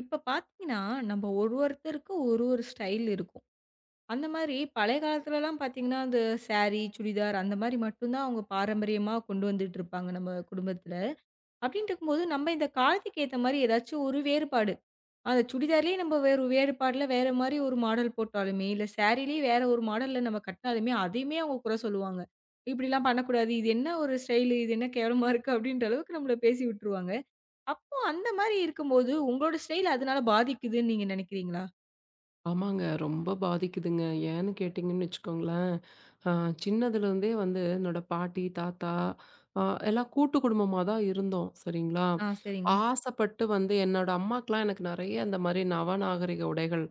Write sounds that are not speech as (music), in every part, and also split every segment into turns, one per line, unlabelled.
இப்ப பார்த்தீங்கன்னா, நம்ம ஒருத்தருக்கு ஒரு ஒரு ஸ்டைல் இருக்கும். அந்த மாரி பழைய காலத்துலலாம் பார்த்தீங்கன்னா, அந்த சாரி, சுடிதார் அந்த மாரி மட்டும் தான் அவங்க பாரம்பரியமா கொண்டு வந்துட்டு இருப்பாங்க நம்ம குடும்பத்துல. அப்டின்ட்டு இருக்கும்போது, நம்ம இந்த காலத்துக்கு ஏத்த மாரி ஏதாச்சும் ஒரு வேறுபாடு. அந்த சுடிதார்லயே நம்ம வேற ஒரு வேறுபாடுல வேற மாரி ஒரு மாடல் போட்டாலுமே, இல்ல சாரிலயே வேற ஒரு மாடல்ல நம்ம கட்னாலுமே, அதையுமே அவங்க குறை சொல்லுவாங்க. "இப்படிலாம் பண்ணக்கூடாது. இது என்ன ஒரு ஸ்டைலு? இது என்ன கேவலமா இருக்கு?" அப்படின்ற அளவுக்கு நம்மள பேசி விட்டுருவாங்க. அப்போ அந்த மாரி இருக்கும்போது, உங்களோட ஸ்டைல் அதனால பாதிக்குதுன்னு நீங்க நினைக்கிறீங்களா?
ஆமாங்க. ரொம்ப பாதிக்குதுங்க. ஏன்னு கேட்டீங்கன்னு வச்சுக்கோங்களேன், அ சின்னதுலேருந்தே வந்து என்னோட பாட்டி, தாத்தா அ எல்லாம் கூட்டு குடும்பமா தான் இருந்தோம். சரிங்களா?
ஆ சரிங்க.
ஆசைப்பட்டு வந்து என்னோட அம்மாக்கெல்லாம் எனக்கு நெறைய இந்த மாரி நவநாகரிக உடைகள்,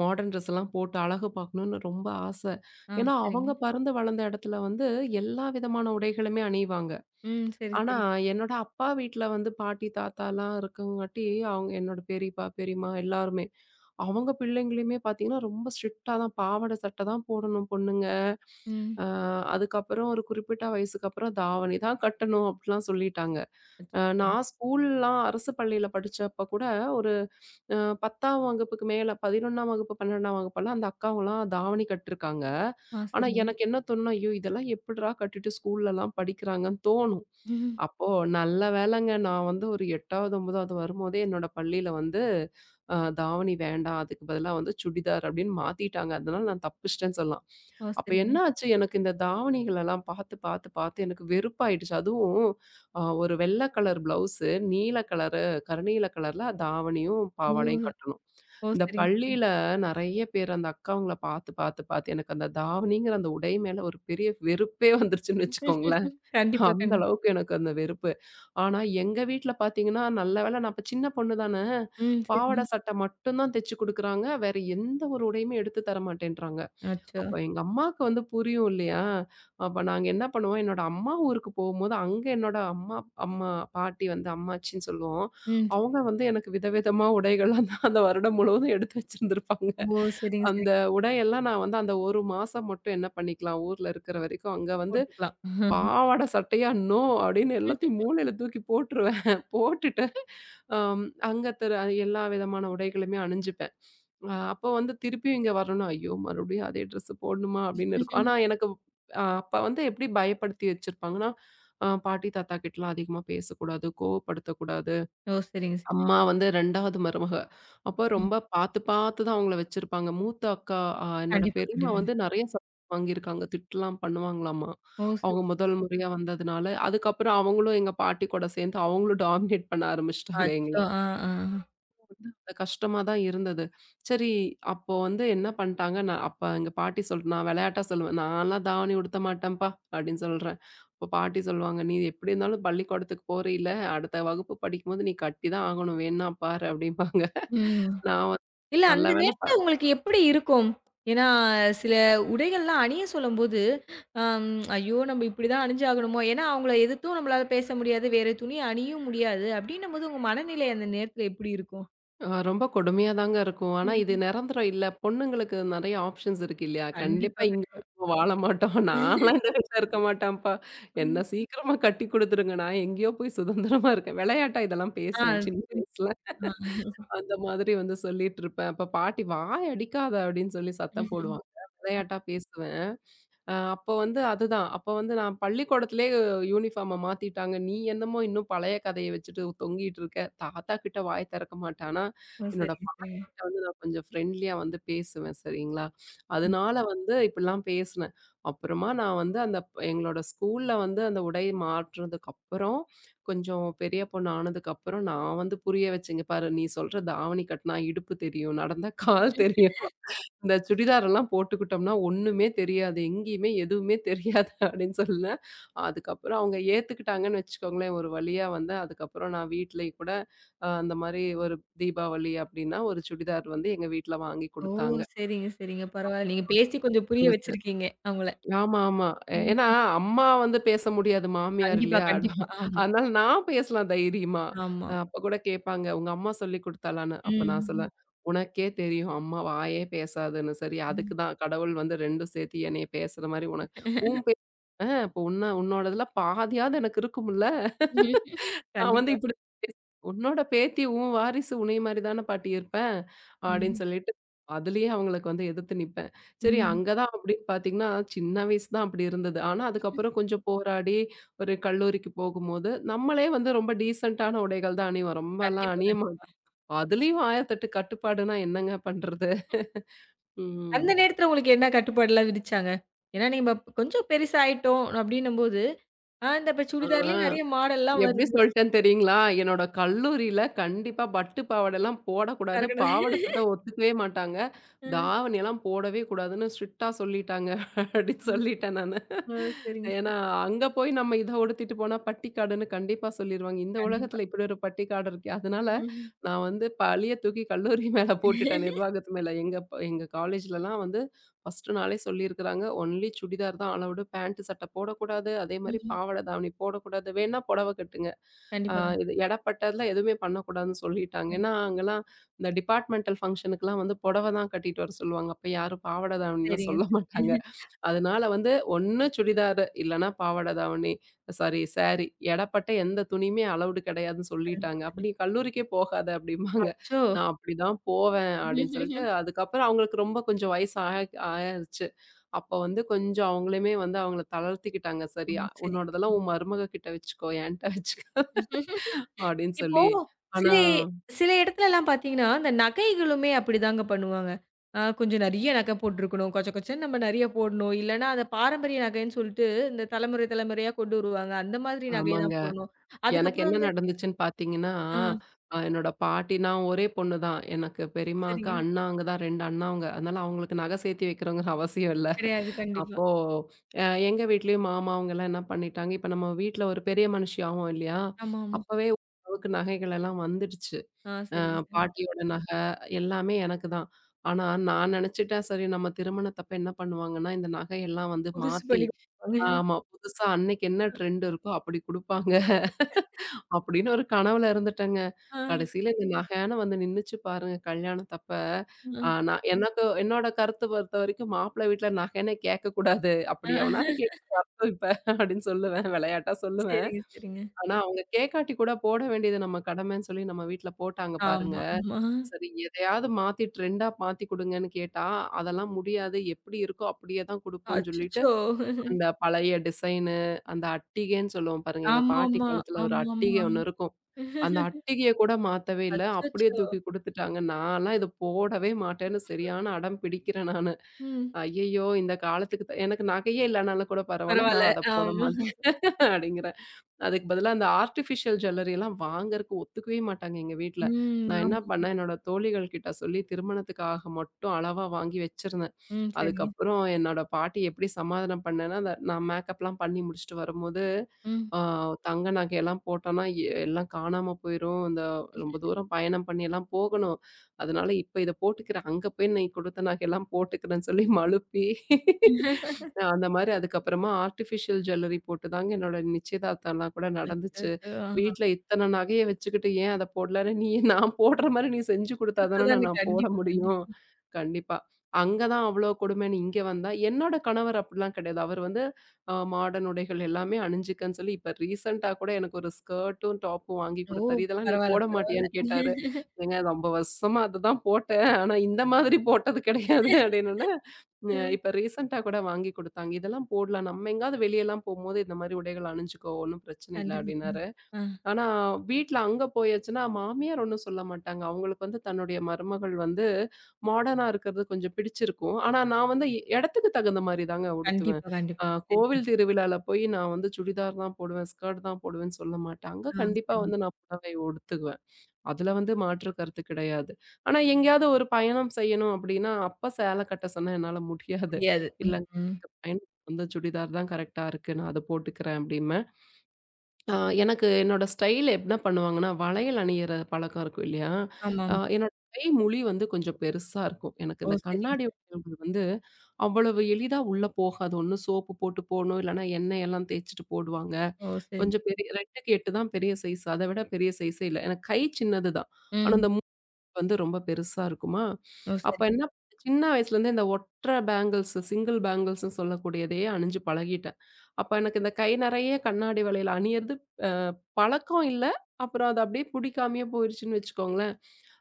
மாடர்ன் ட்ரெஸ்லாம் போட்டு அழகு பார்க்கணும்னு ரொம்ப ஆசை.
ஆ
ஏன்னா
சரிங்க.
அவங்க பிறந்து வளர்ந்த இடத்துல வந்து எல்லா விதமான உடைகளுமே அணிவாங்க.
ம். சரி,
ஆனா,
சரி.
என்னோட அப்பா வீட்ல வந்து பாட்டி, தாத்தாலாம் இருக்கங்காட்டி, அவங்க என்னோட பெரியப்பா, பெரியம்மா எல்லாருமே. அவங்க பிள்ளைங்களையுமே பார்த்தீங்கன்னா, ரொம்ப ஸ்ட்ரிக்ட்டா தான் பாவாடை, சட்டை தான் போடணும் பொண்ணுங்க.
ம்.
அ அதுக்கப்புறம் ஒரு குறிப்பிட்ட வயசுக்கப்புறம் தாவணி தான் கட்டணும் அப்படிலாம் சொல்லிட்டாங்க.
அச்சச்சோ!
நான் ஸ்கூல்லாம் அரசு பள்ளியில படிச்சப்ப கூட ஒரு அ 10ஆம் வகுப்புக்கு மேல 11ஆம் வகுப்பு, 12ஆம் வகுப்பெல்லாம் அந்த அக்காவங்கலாம் தாவணி கட்டிருக்காங்க.
ஆ
ஆனா,
சரிங்க.
எனக்கு என்ன தோணும்னா, ஐயோ! இதெல்லாம் எப்புட்றா கட்டிட்டு ஸ்கூல்லலாம் படிக்கிறாங்கன்னு தோணும். அப்போ நல்ல வேளைங்க நான் வந்து ஒரு 8வது, 9வது வரும்போதே என்னோட பள்ளியில வந்து தாவணி வேண்டாம். அதுக்கு பதிலா வந்து சுடிதார் அப்படின்னு மாத்திட்டாங்க. அதனால நான் தப்பிச்சிட்டேன்னு சொல்லலாம்.
ஓ
அப்ப என்ன
சரிங்க.
ஆச்சு, எனக்கு இந்த தாவணிகள் எல்லாம் பார்த்து, பார்த்து, பார்த்து எனக்கு வெறுப்பாயிடுச்சு. அதுவும் ஒரு வெள்ளை கலர் பிளவுஸு, நீல கலரு கருநீல கலர்ல தாவணியும்,
ஓ!
பாவாடையும் கட்டணும்.
ஓ
இந்த
சரிங்க, சரிங்க.
பள்ளியில நெறைய பேர் அந்த அக்காங்கள பார்த்து, பார்த்து, பார்த்து எனக்கு அந்த தாவணிங்கிற அந்த உடை மேல ஒரு பெரிய வெறுப்பே வந்துருச்சுன்னு வச்சுக்கோங்களேன்.
கண்டிப்பா,
அந்த
கண்டிப்பா.
அளவுக்கு எனக்கு அந்த வெறுப்பு. ஆனா, எங்க வீட்ல பார்த்தீங்கன்னா, நல்ல வேளை நான் அப்ப சின்ன பொண்ணு தானே.
ம்
பாவாடை,
சரிங்க.
சட்டை மட்டும் தான் தச்சு குடுக்குறாங்க. வேற எந்த ஒரு உடையுமே எடுத்து தர மாட்டேன்றாங்க.
அச்சோ!
அப்ப எங்க அம்மாக்கு வந்து புரியும் இல்லையா? அப்ப நாங்க என்ன பண்ணுவோம், என்னோட அம்மா ஊருக்கு போகும்போது, அங்க என்னோட அம்மா அம்மா பாட்டி வந்து அம்மாச்சின்னு சொல்லுவோம்.
ம். சரி.
அவங்க வந்து எனக்கு விதவிதமா உடைகள்லாம் தான் அந்த வருடம் முழுவதும் எடுத்து வச்சிருந்திருப்பாங்க.
ஓ சரிங்க,
அந்த
சரிங்க.
உடையெல்லாம் நான் வந்து அந்த 1 மாசம் மட்டும் என்ன பண்ணிக்கலாம், ஊர்ல இருக்கிற வரைக்கும் அங்க வந்து
போட்டுக்கலாம்.
பாவாட, சட்டையா நோ அப்படின்னு எல்லாத்தையும் மூலையில தூக்கி போட்டுருவேன். (laughs) போட்டுட்டு அம் அங்க திரு எல்லா விதமான உடைகளுமே அணிஞ்சுப்பேன். அப்போ வந்து திருப்பியும் இங்க வரணும்னா, ஐயோ! மறுபடியும் அதே ட்ரெஸ் போடணுமா? அப்படின்னு இருக்கும். ஆனா எனக்கு அப்ப வந்து எப்படி பயப்படுத்தி வச்சிருப்பாங்கன்னா, பாட்டி, தாத்தா கிட்டலாம் அதிகமா பேசக்கூடாது, கோவப்படுத்தக்கூடாது.
ஓ சரிங்க, சரி.
அம்மா வந்து 2வது மருமக. அப்ப
ம்.
ரொம்ப பாத்து பாத்து தான் அவங்கள வச்சிருப்பாங்க. மூத்த அக்கா அ என்னோட
கண்டிப்பா,
பெரியம்மா
கண்டிப்பா.
வந்து நெறைய சம்பளம் வாங்கியிருக்காங்க. திட்டலாம் பண்ணுவாங்களாமா.
ஓ சரி.
அவங்க முதல் முறையா வந்ததுனால. அதுக்கப்புறம் அவங்களும் எங்க பாட்டி கூட சேர்ந்து அவங்களும் டாமினேட் பண்ண ஆரம்பிச்சுட்டாங்க எங்கள.
அச்சோ! ஆ, ஆ.
அது கஷ்டமா தான் இருந்தது. சரி, அப்போ வந்து என்ன பண்ட்டாங்க, நான் அப்ப எங்க பாட்டி சொல் நான் விளையாட்டா சொல்லுவேன், "நான்லாம் தாவணி உடுத்த மாட்டேன்ப்பா" அப்படின்னு சொல்றேன். அப்ப பாட்டி சொல்லுவாங்க, "நீ எப்படி இருந்தாலும் பள்ளிக்கூடத்துக்கு போறயில்ல, அடுத்த வகுப்பு படிக்கும்போது நீ கட்டி தான் ஆகணும், வேணுனா பாரு" அப்படிம்பாங்க.
ம்.
நான் வந்து
இல்ல
நல்ல
அந்த
வேளை ப
நேரத்துல உங்களுக்கு எப்படி இருக்கும்? ஏன்னா, சில உடைகள்லாம் அணிய சொல்லும்போது, அம் ஐயோ! நம்ம இப்படிதான் அணிஞ்சாகணுமோ? ஏன்னா, அவங்கள எதிர்த்தும் நம்மளால பேச முடியாது. வேற துணி அணியவும் முடியாது. அப்படின்னும்போது உங்க மனநிலை அந்த நேரத்துல எப்படி இருக்கும்?
ரொம்ப கொடுமையா தாங்க இருக்கும். ஆனா இது
ம்.
நிரந்தரம் இல்ல. பொண்ணுங்களுக்கு நெறைய ஆப்ஷன்ஸ் இருக்கு இல்லையா?
கண்டிப்பா,
கண்டிப்பா இங்க
கண்டிப்பா.
நம்ம வாழ மாட்டோம். நான்லாம் இந்த வீட்ல இருக்க மாட்டேன்ப்பா.
ம்.
என்ன சீக்கிரமா கட்டி குடுத்துருங்க. நான் எங்கேயோ போய் சுதந்திரமா இருக்கேன். விளையாட்டா இதெல்லாம்
ஆ
பேசுவேன் சின்ன
புரியுது.
வயசுல.
ஆ.
அந்த மாதிரி வந்து சொல்லிட்டுருப்பேன். அப்ப பாட்டி "வாய் அடிக்காத" அப்படின்னு சொல்லி சத்தம்
ம்ஹ்ம்.
போடுவாங்க. விளையாட்டா பேசுவேன். அப்போ வந்து அதுதான். அப்போ வந்து நான் பள்ளிக்கூடத்திலேயே யூனிஃபார்ம மாத்திட்டாங்க. "நீ என்னமோ இன்னும் பழைய கதைய வச்சுட்டு தொங்கிட்டு இருக்க." தாத்தா கிட்ட வாய் திறக்க மாட்டேன். ஆனா,
ஓ!
என்னோட
சரிங்க,
பாட்டி
சரிங்க.
கிட்ட வந்து நான் கொஞ்சம் ஃப்ரெண்ட்லியா வந்து பேசுவேன் சரிங்களா? அதனால வந்து இப்படிலாம் பேசினேன். அப்புறமா நான் வந்து எங்களோட ஸ்கூல்ல வந்து அந்த உடை மாற்றுனதுக்கப்புறம் கொஞ்சம் பெரிய பொண்ணு ஆனதுக்கப்புறம் நான் வந்து புரிய வச்சேன். "இங்க பாரு நீ சொல்ற தாவணி கட்டினா இடுப்பு தெரியும், நடந்தா கால் தெரியும். இந்த சுடிதாரெல்லாம் போட்டுக்கிட்டோம்னா ஒண்ணுமே தெரியாது. எங்கேயுமே எதுவுமே தெரியாது" அப்படின்னு சொன்னேன். அதுக்கப்புறம் அவங்க ஏத்துக்கிட்டாங்கன்னு வச்சுக்கோங்களேன். ஒரு வழியா வந்து அதுக்கப்புறம் நான் வீட்லயும் கூட அந்த மாரி ஒரு தீபாவளி அப்படின்னா ஒரு சுடிதார் வந்து எங்க வீட்ல வாங்கி
ஓ!
குடுத்தாங்க.
சரிங்க, சரிங்க. பரவால்ல. நீங்க பேசி கொஞ்சம் புரிய வச்சிருக்கீங்க அவங்கள.
ஆமா, ஆமா. ஏன்னா
ம்.
அம்மா வந்து பேச முடியாது மாமியார்
கண்டிப்பா,
இல்லையா? அதான்.
கண்டிப்பா. ஆமா,
அதனால நான் பேசலாம் தைரியமா.
ஆமா.
அப்ப கூட கேட்பாங்க, "உங்க அம்மா சொல்லிக் குடுத்தாளான்னு?" அப்ப நான்
ம்.
சொல்லுவேன், "உனக்கே தெரியும் அம்மா வாயே பேசாதுன்னு. சரி
ம்.
அதுக்கு தான் கடவுள் வந்து 2ம் சேர்த்து என்னைய பேசுற மாரி உனக்கு உன் பே இப்ப உன்ன உன்னோடதுல பாதியாவது எனக்கு இருக்கும்ல? நான் வந்து
கண்டிப்பா.
இப்படி உன்னோட பேத்தி, உன் வாரிசு உன்னைய மாரி தான பாட்டி இருப்ப. அப்படின்னு
ம்.
சொல்லிட்டு, அதிலேயே அவங்களுக்கு வந்து எதிர்த்து நிப்பேன். சரி
ம்.
அங்க தான் அப்படின்னு பார்த்தீங்கன்னா, சின்ன வயசு தான் அப்படி இருந்தது. ஆனா அதுக்கப்புறம் கொஞ்சம் போராடி, ஒரு கல்லூரிக்கு போகும்போது, நம்மளே வந்து ரொம்ப டீசென்ட்டான உடைகள் தான் அணிவோம். ரொம்பலாம்
கண்டிப்பா,
அணிய
கண்டிப்பா.
மாட்டோம். அதுலயும் 1008 கட்டுப்பாடுனா என்னங்க பண்றது?
அந்த
ம்.
நேரத்துல உங்களுக்கு என்ன கட்டுப்பாடுலாம் விதிச்சாங்க? ஏன்னா நீங்க பப் கொஞ்சம் பெருசாயிட்டோம் அப்டின்னும்போது, ஆ இந்த இப்ப
ஆ.
சுடிதார்லயும் நெறைய மாடல்லாம்
எப்படி
வருது.
சொல்ட்டேன்னு தெரியுங்களா? என்னோட கல்லூரியில கண்டிப்பா பட்டு பாவாடைலாம் போடக்கூடாது.
கரெக்ட்
பாவாடை சட்டை ஒத்துக்கவே மாட்டாங்க.
ம்.
தாவணியெல்லாம் போடவே கூடாதுன்னு ஸ்ட்ரிக்ட்டா சொல்லிட்டாங்க. அப்படின்னு
ம்.
சொல்லிட்டேன் நானு.
ஓ! சரிங்க சார்.
ஏன்னா, அங்க போய் நம்ம இத உடுத்திட்டு போனா பட்டிக்காடுன்னு கண்டிப்பா சொல்லிருவாங்க. இந்த
கண்டிப்பா.
உலகத்துல இப்படி ஒரு பட்டிக்காடு இருக்கே! அதனால
ம்.
நான் வந்து பழிய தூக்கி கல்லூரி (laughs) மேல போட்டுட்டேன். நிர்வாகத்து மேல. எங்க காலேஜ்லலாம் வந்து ஃபர்ஸ்ட்டு நாளே சொல்லியிருக்கிறாங்க. ஒன்லி சுடிதார் தான் அலவுடு. பேண்ட், சட்டை போடக்கூடாது. அதேமாரி
ம்.
பாவாடை, தாவணி போடக்கூடாது. வேணா புடவ கட்டுங்க. ஆ
கண்டிப்பா, கண்டிப்பா.
இது எடப்பட்டதுல எதுவுமே பண்ணக்கூடாதுன்னு சொல்லிட்டாங்க. ஏன்னா, அங்கலாம் இந்த டிபார்ட்மெண்டல் ஃபங்ஷனுக்குலாம் வந்து புடவ தான் கட்டிட்டு வர சொல்லுவாங்க. அப்ப யாரும் பாவாடை, தாவணிலாம்
சரிங்க,
சொல்ல மாட்டாங்க.
சரிங்க.
அதனால வந்து ஒண்ணு சுடிதாரு, இல்லன்னா பாவாடை தாவணி சாரி சாரி. எடப்பட்ட எந்த துணியுமே அலவுட் கிடையாதுன்னு
கண்டிப்பா,
சொல்லிட்டாங்க. "அப்ப
கண்டிப்பா.
நீ கல்லூரிக்கே போகாத" அப்படிம்பாங்க.
அச்சோ!
நான் அப்படிதான் போவேன் அப்படின்னு சொல்லிட்டு, அதுக்கப்புறம் அவங்களுக்கு ரொம்ப கொஞ்சம் வயசு ஆ ஆயிருச்சு. அப்ப வந்து கொஞ்சம் அவங்களுமே வந்து அவங்கள தளர்த்திக்கிட்டாங்க. "சரி
ம்.
அ- உன்னோடதெல்லாம் உன் மருமக கிட்ட வச்சுக்கோ, என்ட்ட வச்சுக்காத"
சரிங்க.
அப்படின்னு
இப்போ
சொல்லி.
சில
ஆனா
சில இடத்துலலாம் பார்த்தீங்கன்னா, அந்த நகைகளுமே அப்படிதாங்க பண்ணுவாங்க. அ கொஞ்சம் நெறைய நகை போட்டுருக்கணும். கொச்ச கொச்சன்னு நம்ம நெறைய போடணும். இல்லன்னா, அந்த பாரம்பரிய நகைன்னு சொல்லிட்டு இந்த தலைமுறை தலைமுறையா கொண்டு வருவாங்க. அந்த மாதிரி நகை
ஆமாங்க.
தான் போடணும்.
எனக்கு
அதுக்கப்புறம்
என்ன
வந்து
நடந்துச்சுன்னு பார்த்தீங்கன்னா,
ஆ
என்னோட பாட்டி நான் ஒரே பொண்ணு தான். எனக்கு பெரியம்மாக்கு
சரிங்க.
அண்ணாங்க தான் 2 அண்ணாங்க. அதனால அவங்களுக்கு நகை சேர்த்து வைக்கிறோங்கிற அவசியம் இல்ல.
கிடையாது. கண்டிப்பா.
அப்போ எங்க வீட்லயும் மாமா அவங்கலாம் என்ன பண்ணிட்டாங்க, இப்ப நம்ம வீட்ல ஒரு பெரிய மனுஷி ஆவோம் இல்லையா?
ஆமா, ஆமா.
அப்பவே ஓரளவுக்கு நகைகள் எல்லாம் வந்துடுச்சு.
ஆ
அ
சரிங்க, சரிங்க.
பாட்டியோட நகை எல்லாமே எனக்கு தான். ஆனா நான் நினைச்சுட்டேன், சரி நம்ம திருமணத்தப்ப என்ன பண்ணுவாங்கன்னா, இந்த நகையெல்லாம் வந்து
புதுசு
மாத்தி
பண்ணி குடுப்பாங்க.
ஆமா. புதுசா அன்னைக்கு என்ன ட்ரெண்ட் இருக்கோ அப்படி குடுப்பாங்க. அப்படின்னு ஒரு கனவுல இருந்துட்டேங்க.
ஆ,
கடைசில இந்த நகைன்னு வந்து நின்னுச்சு பாருங்க கல்யாணத்தப்ப.
ஆ,
நான் எனக்கு என்னோட கருத்து பொறுத்தவரைக்கும் மாப்பிள்ளை வீட்ல நகைன்னே கேட்கக்கூடாது.
ஆ.
அப்படி எவனாவது கேட்டு வரட்டும் இப்ப அப்படின்னு சொல்லுவேன். விளையாட்டா சொல்லுவேன்.
சரிங்க, சரிங்க.
ஆனா அவங்க கேட்காட்டி கூட போட வேண்டியது நம்ம கடமைன்னு சொல்லி நம்ம வீட்ல போட்டாங்க பாருங்க.
ஆமா, ஆமா.
சரி எதையாவது மாத்தி ட்ரெண்டா மாத்தி குடுங்கன்னு கேட்டா, அதெல்லாம் முடியாது. எப்படி இருக்கோ அப்படியே தான் குடுப்போம்னு சொல்லிட்டு
அச்சச்சோ!
அந்த பழைய டிசைனு, அந்த அட்டிகைன்னு சொல்லுவோம் பாருங்க. எங்க பாட்டி
ஆமாமா,
காலத்துல ஒரு அட்டிகை
ஆமாமா.
ஒண்ணு இருக்கும். அந்த அட்டிகைய கூட மாத்தவே இல்ல. அப்படியே
அச்சச்சோ!
தூக்கி குடுத்துட்டாங்க. நான்லாம் இத போடவே மாட்டேன்னு சரியான அடம் பிடிக்கிறேன் நானு.
ம்.
ஐயய்யோ! இந்த காலத்துக்கு எனக்கு நகையே இல்லனாலும் கூட பரவால்ல.
பரவால்ல.
நான் அத போட
ஆமா.
மாட்டேன் (laughs) அப்படிங்கிறேன். அதுக்கு பதிலா அந்த ஆர்ட்டிஃபிஷியல் ஜுவல்லரி எல்லாம் வாங்கறக்கு ஒத்துக்கவே மாட்டாங்க எங்க வீட்ல.
ம்.
நான் என்ன
ஆமா.
பண்ணேன், என்னோட தோழிகள் கிட்ட சொல்லி திருமணத்துக்காக மட்டும் அளவா வாங்கி வச்சிருந்தேன்.
ம். சரி.
அதுக்கப்புறம் என்னோட பாட்டி எப்படி சமாதானம் பண்ணேன்னா, அந்த நான் மேக்கப்லாம் பண்ணி முடிச்சுட்டு வரும்போது,
ம்.
ஆ தங்க நகையெல்லாம் போட்டோம்னா, எல்லாம் காணாம போயிரும். இந்த ரொம்ப தூரம் பயணம் பண்ணி எல்லாம் போகணும். அதனால இப்ப இத போட்டுக்கிறேன். அங்க போய் நீ கொடுத்த நகையெல்லாம் போட்டுக்கிறேன்னு சொல்லி மழுப்பி அந்த மாரி அதுக்கப்புறமா ஆர்டிஃபிஷியல் ஜுவல்லரி போட்டு தாங்க என்னோட நிச்சயதார்த்தம்லாம் கூட நடந்துச்சு.
அச்சச்சோ! ஆ.
வீட்ல இத்தனை நகைய வச்சுக்கிட்டு ஏன் அத போடலன்னு, "நீ நான் போடுற மாரி நீ செஞ்சு குடுத்தா தானே
அடுத்ததானே
நான் போட
கண்டிப்பா,
முடியும்."
கண்டிப்பா.
கண்டிப்பா. அங்க தான் அவ்ளோ கொடுமைன்னு இங்க வந்தா என்னோட கணவர் அப்படிலாம் கிடையாது. அவர் வந்து மாடர்ன் உடைகள் எல்லாமே அணிஞ்சுக்கன்னு சொல்லி, இப்ப ரீசென்ட்டா கூட எனக்கு ஒரு ஸ்கர்ட்டும், டாப்பும் வாங்கி
ஓ!
குடுத்தாரு. "இதெல்லாம் நீ
பரவால்ல,
போட
பரவால்ல.
மாட்டியான்னு?" கேட்டாரு. "ஏங்க ரொம்ப வருஷமா அதுதான் போட்டேன். ஆனா இந்த மாதிரி போட்டது கிடையாது." அப்படின்னோன,
அ.
இப்ப ரீசென்ட்டா கூட வாங்கி குடுத்தாங்க. இதெல்லாம் போடலாம். நம்ம எங்கேயாவது வெளியலாம் போம்போது இந்த மாரி உடைகள் அணிஞ்சுக்கோ! ஒண்ணும் பிரச்சனை இல்ல
கண்டிப்பா,
அப்டின்னாரு.
கண்டிப்பா. ஆ.
ஆனா வீட்ல அங்க போயாச்சுன்னா, மாமியார் ஒண்ணும் சொல்ல மாட்டாங்க. அவங்களுக்கு வந்து தன்னுடைய மருமகள் வந்து மாடர்னா இருக்கிறது கொஞ்சம் பிடிச்சிருக்கும். ஆனா நான் வந்து இடத்துக்கு தகுந்த மாரி தாங்க உடுத்துவேன்.
கண்டிப்பா, கண்டிப்பா.
அ
சரிங்க
கோவில்
சார்.
திருவிழால போய் நான் வந்து சுடிதார் தான் போடுவேன், ஸ்கர்ட் தான் போடுவேன்னு சொல்ல மாட்டேன். அங்க
ஆ
கண்டிப்பா
சரிங்க.
வந்து நான் புடவை உடுத்துக்குவேன். அதுல வந்து மாற்று கருத்து கிடையாது. ஆனா எங்கேயாவது ஒரு பயணம் செய்யணும் அப்படின்னா, அப்பா சேலை கட்ட சொன்னா என்னால முடியாது.
முடியாது. ம்.
இல்லங்க
ம்.
பயணத்துக்கு வந்து சுடிதார் தான் கரெக்ட்டா இருக்கு. நான் அத போட்டுக்கிறேன் அப்படிம்பேன். அ எனக்கு என்னோட ஸ்டைல் என்ன பண்ணுவாங்கன்னா, வளையல் அணியிற பழக்கம் இருக்கும் இல்லையா?
ஆமாமா.
என்னோட கை முழி வந்து கொஞ்சம் பெருசா இருக்கும். எனக்கு
ஓ!
இந்த
சரிங்க
கண்ணாடி
சார்.
வளையல்கள் வந்து அவ்வளவு எளிதா உள்ள போகாது. ஒண்ணு சோப்பு போட்டு போடணும். இல்லன்னா எண்ணெய் எல்லாம் தேய்ச்சுட்டு போடுவாங்க.
ஓ! சரிங்க.
கொஞ்சம் பெரிய 2க்கு 8 தான் பெரிய சைஸ். அத விட பெரிய சைஸே இல்ல. எனக்கு கை சின்னது தான். ஆனா,
ம்.
அந்த வந்து ரொம்ப பெருசா இருக்குமா,
ஓ!
அப்ப
சரி.
என்ன பண்ணேன், சின்ன வயசுலேருந்தே இந்த ஒற்றை பேங்கிள்ஸ், சிங்கிள் பேங்கிள்ஸ்ன்னு சொல்லக்கூடியதையே அணிஞ்சு பழகிட்டேன். அப்ப எனக்கு இந்த கை நெறைய கண்ணாடி வளையல் அணியறது அ பழக்கம் இல்ல. அப்புறம் அது அப்படியே புடிக்காமயே போயிருச்சுன்னு வச்சுக்கோங்களேன்.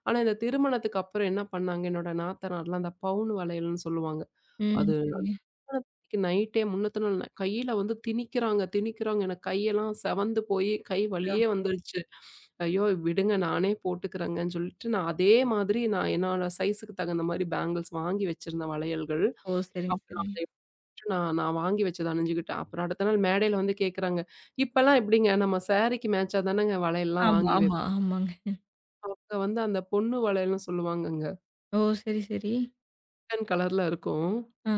ஆனா இந்த திருமணத்துக்கு அப்புறம் என்ன பண்ணாங்க, என்னோட நாத்தனார்லாம் அந்த பவுன் வளையல்ன்னு சொல்லுவாங்க.
ம்.
அது
சரிங்க.
நைட்டே முன்னத்த நாள் கையில வந்து திணிக்கிறாங்க, திணிக்கிறாங்க. எனக்கு கையெல்லாம் செவந்து போயி கை
அ.
வலியே வந்துருச்சு. ஐயோ! விடுங்க நானே போட்டுக்கிறேங்கன்னு சொல்லிட்டு, நான் அதே மாதிரி நான் என்னோட சைஸுக்கு தகுந்த மாரி பேங்கிள்ஸ் வாங்கி வச்சிருந்தேன் வளையல்கள்.
ஓ! சரிங்க,
அப்புறம்
சரிங்க.
அதை விட்டுட்டு நான் நான் வாங்கி வச்சத அணிஞ்சுக்கிட்டேன். அப்புறம் அடுத்த நாள் மேடையில வந்து கேட்கறாங்க, "இப்பல்லாம் எப்படிங்க நம்ம சாரிக்கு மேட்சா தானங்க வளையல்லாம்
ஆமா,
வாங்கி
ஆமா,
வைப்போம்."
ஆமாங்க.
அவங்க வந்து அந்த பொண்ணு வளையல்னு சொல்லுவாங்கங்க.
ஓ! சரி, சரி.
கலர்ல இருக்கும்.
ஆ.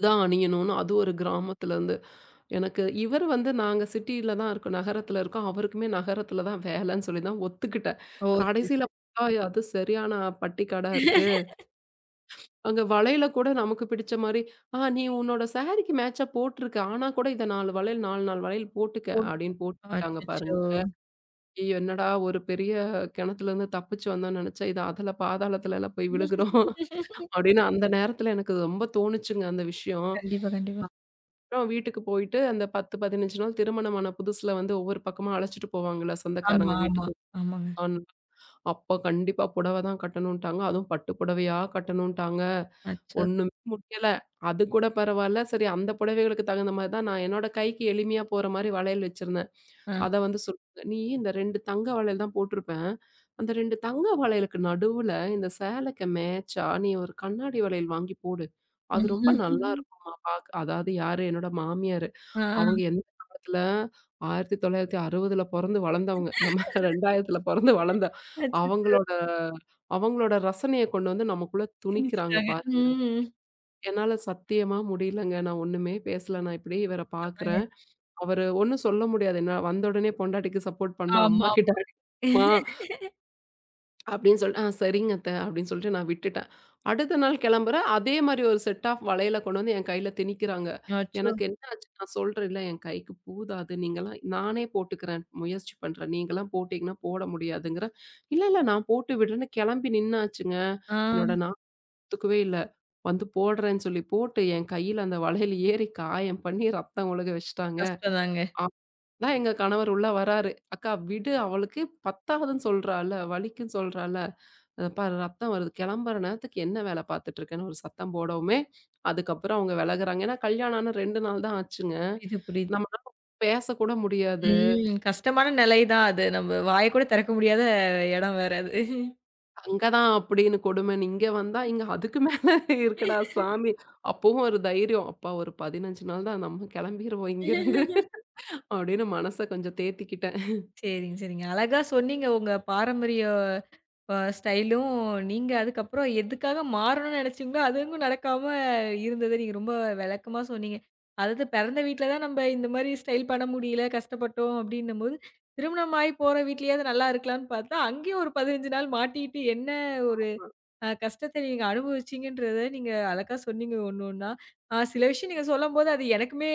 இதான் அணியணும்னு அது ஒரு கிராமத்துலருந்து எனக்கு இவர் வந்து நாங்க சிட்டியில தான் இருக்கோம். நகரத்துல இருக்கோம். அவருக்குமே நகரத்துல தான் வேலைன்னு சொல்லி தான் ஒத்துக்கிட்டேன்.
ஓ! சரி,
கடைசியில
சரி.
பார்த்தா அது சரியான பட்டி கடை இருக்கு. அங்க வளையல கூட நமக்கு பிடிச்ச மாரி, நீ உன்னோட சாரிக்கு மேட்சா போட்டுருக்க. ஆனா கூட இத 4 வளையல் 4, 4 வளையல் போட்டுக்க"
போட்டுக்கணும்.
அப்படின்னு போட்டுட்டாங்க
அச்சச்சோ!
பாருங்க. ஐயோ! என்னடா ஒரு பெரிய கிணத்துலருந்து தப்பிச்சு வந்தோம்னு நெனச்சா, இது அதல பாதாளத்துல எல்லாம் போய் விழுகுறோம் அப்படின்னு அந்த நேரத்துல எனக்கு ரொம்ப தோணுச்சுங்க அந்த விஷயம்.
கண்டிப்பா, கண்டிப்பா.
அப்புறம் வீட்டுக்கு போயிட்டு, அந்த 10, 15 நாள் திருமணமான புதுசுல வந்து ஒவ்வொரு பக்கமா அழைச்சிட்டு போவாங்கல்ல
ஆமா,
சொந்தக்காரங்க
ஆமா.
வீட்டுக்கு.
ஆமாங்க.
அன் அப்ப கண்டிப்பா புடவ தான் கட்டணுன்ட்டாங்க. அதுவும் பட்டு புடவையா கட்டணுன்ட்டாங்க.
அச்சோ!
ஒண்ணுமே முடியல. அது கூட பரவால்ல. சரி அந்த புடவைகளுக்கு தகுந்த மாரி தான் நான் என்னோட கைக்கு எளிமையா போற மாரி வளையல் வச்சிருந்தேன்.
அ.
அத வந்து சொல்லுங்க. "நீ இந்த 2 தங்க வளையல் தான் போட்டிருப்பேன். அந்த 2 தங்க வளையலுக்கு நடுவுல இந்த சேலைக்கு மேட்சா நீ ஒரு கண்ணாடி வளையல் வாங்கி போடு. அது ரொம்ப நல்லா இருக்கும்மா பாக்க" அதாவது யாரு? என்னோட மாமியாரு.
ஆ.
அவங்க எந்த காலத்துல 1960ல பொறந்து வளர்ந்தவங்க. நம்ம 2000ல பொறந்து வளர்ந்த
அச்சச்சோ!
அவங்களோட அவங்களோட ரசனைய கொண்டு வந்து நமக்குள்ள துணிக்கிறாங்க
திணிச்சுட்டாங்க.
பாருங்க.
ம்.
என்னால சத்தியமா முடியலங்க. நான் ஒண்ணுமே பேசல. நான் இப்படியே இவர
அதாங்க.
பார்க்குறேன். அவரு ஒண்ணும் சொல்ல முடியாது. என்ன வந்த உடனே பொண்டாட்டிக்கு சப்போர்ட் பண்ணா, அம்மா
ஆமா.
கிட்ட அடி மா அப்படின்னு சொல்லிட்டு, சரிங்க அத்த அப்படின்னு சொல்லிட்டு நான் விட்டுட்டேன். அடுத்த நாள் கிளம்புறேன். அதே மாரி ஒரு செட் ஆஃப் வளையல கொண்டு வந்து என் கையில திணிக்கிறாங்க.
அச்சோ!
எனக்கு என்ன ஆச்சு நான் சொல்றேன்ல, என் கைக்கு பூதாது. நீங்கலாம் நானே போட்டுக்கிறேன். முயற்சி பண்றேன். நீங்கலாம் போட்டீங்கன்னா போட முடியாதுங்கிறேன். இல்ல, இல்ல நான் போட்டு விடுறேன்னு கிளம்பி நின்னாச்சுங்க. என்னோட
ஆ.
ஒத்துக்கவே இல்ல. வந்து போடுறேன்னு சொல்லி போட்டு என் கையில அந்த வளையல் ஏறி காயம் பண்ணி ரத்தம் ஒழுக வச்சுட்டாங்க.
கஷ்டம் தாங்க.
அப்பதான் எங்க கணவர் உள்ள வராரு. "அக்கா விடு அவளுக்கு பத்தாதுன்னு சொல்றால்ல, வலிக்குன்னு சொல்றால்ல. பாரு ரத்தம் வருது. கிளம்புற நேரத்துக்கு என்ன வேல பார்த்துட்டு இருக்கேன்னு" ஒரு சத்தம் போடவுமே, அதுக்கப்புறம் அவங்க விலகுறாங்க. ஏன்னா கல்யாணம் ஆன 2 நாள் தான் ஆச்சுங்க.
புரியுது, புரியுது.
நம்மனால பேசக்கூட முடியாது.
ம். கஷ்டமான நிலை தான் அது. நம்ம வாய கூட திறக்க முடியாத இடம் வேற அது.
அங்க தான் அப்படின்னு கொடுமன்னு. இங்க வந்தா, இங்க அதுக்கு மேல இருக்குடா சாமி. அப்பவும் ஒரு தைரியம். அப்பா ஒரு 15 நாள் தான் நம்ம கிளம்பிருவோம் இங்கிருந்து.
(laughs)
அப்படின்னு மனச கொஞ்சம் தேத்திக்கிட்டேன்.
சரிங்க, சரிங்க. அழகா சொன்னீங்க. உங்க பாரம்பரிய ஸ்டைலும் நீங்க அதுக்கப்புறம் எதுக்காக மாறணும்னு நெனச்சீங்களோ, அதுவும் நடக்காம இருந்தத நீங்க ரொம்ப விளக்கமா சொன்னீங்க. அதாவது பிறந்த வீட்ல தான் நம்ம இந்த மாரி ஸ்டைல் பண்ண முடியல, கஷ்டப்பட்டோம் அப்டின்னும்போது, திருமணமாயி போற வீட்லயாவது நல்லா இருக்கலாம்னு பார்த்தா, அங்கேயும் ஒரு 15 நாள் மாட்டிக்கிட்டு என்ன ஒரு கஷ்டத்த நீங்க அனுபவிச்சீங்கன்றத நீங்க அழகா சொன்னீங்க ஒண்ணு ஒண்ணா. சில விஷயம் நீங்க சொல்லும்போது அது எனக்குமே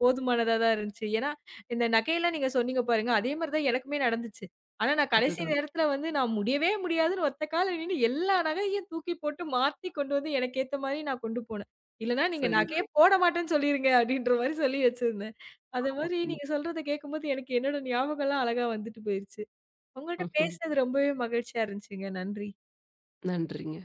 போதுமானதா தான் இருந்துச்சு. ஏன்னா, இந்த நகையெல்லாம் நீங்க சொன்னீங்க பாருங்க, அதே மாரி தான் எனக்குமே நடந்துச்சு. ஆனா, நான் கடைசி
அதுதான்.
நேரத்துல வந்து நான் முடியவே முடியாதுன்னு ஒத்த கால்ல நின்னு எல்லா நகையும் தூக்கி போட்டு மாத்தி கொண்டு வந்து எனக்கு ஏத்த மாரி நான் கொண்டு போனேன். இல்லன்னா, "நீங்க
சரி,
நகையே
சரி.
போட மாட்டேன்னு சொல்லிருங்க" அப்படின்ற மாரி சொல்லி வச்சிருந்தேன். அது
ஆமா,
மாரி
ஆமா.
நீங்க சொல்றத கேட்கும்போது எனக்கு என்னோட ஞாபகம்லாம் அழகா வந்துட்டு போயிருச்சு. உங்கள்ட்ட
ம்ஹ்ம்.
பேசினது ரொம்பவே மகிழ்ச்சியா இருந்துச்சுங்க. நன்றி.
நன்றிங்க.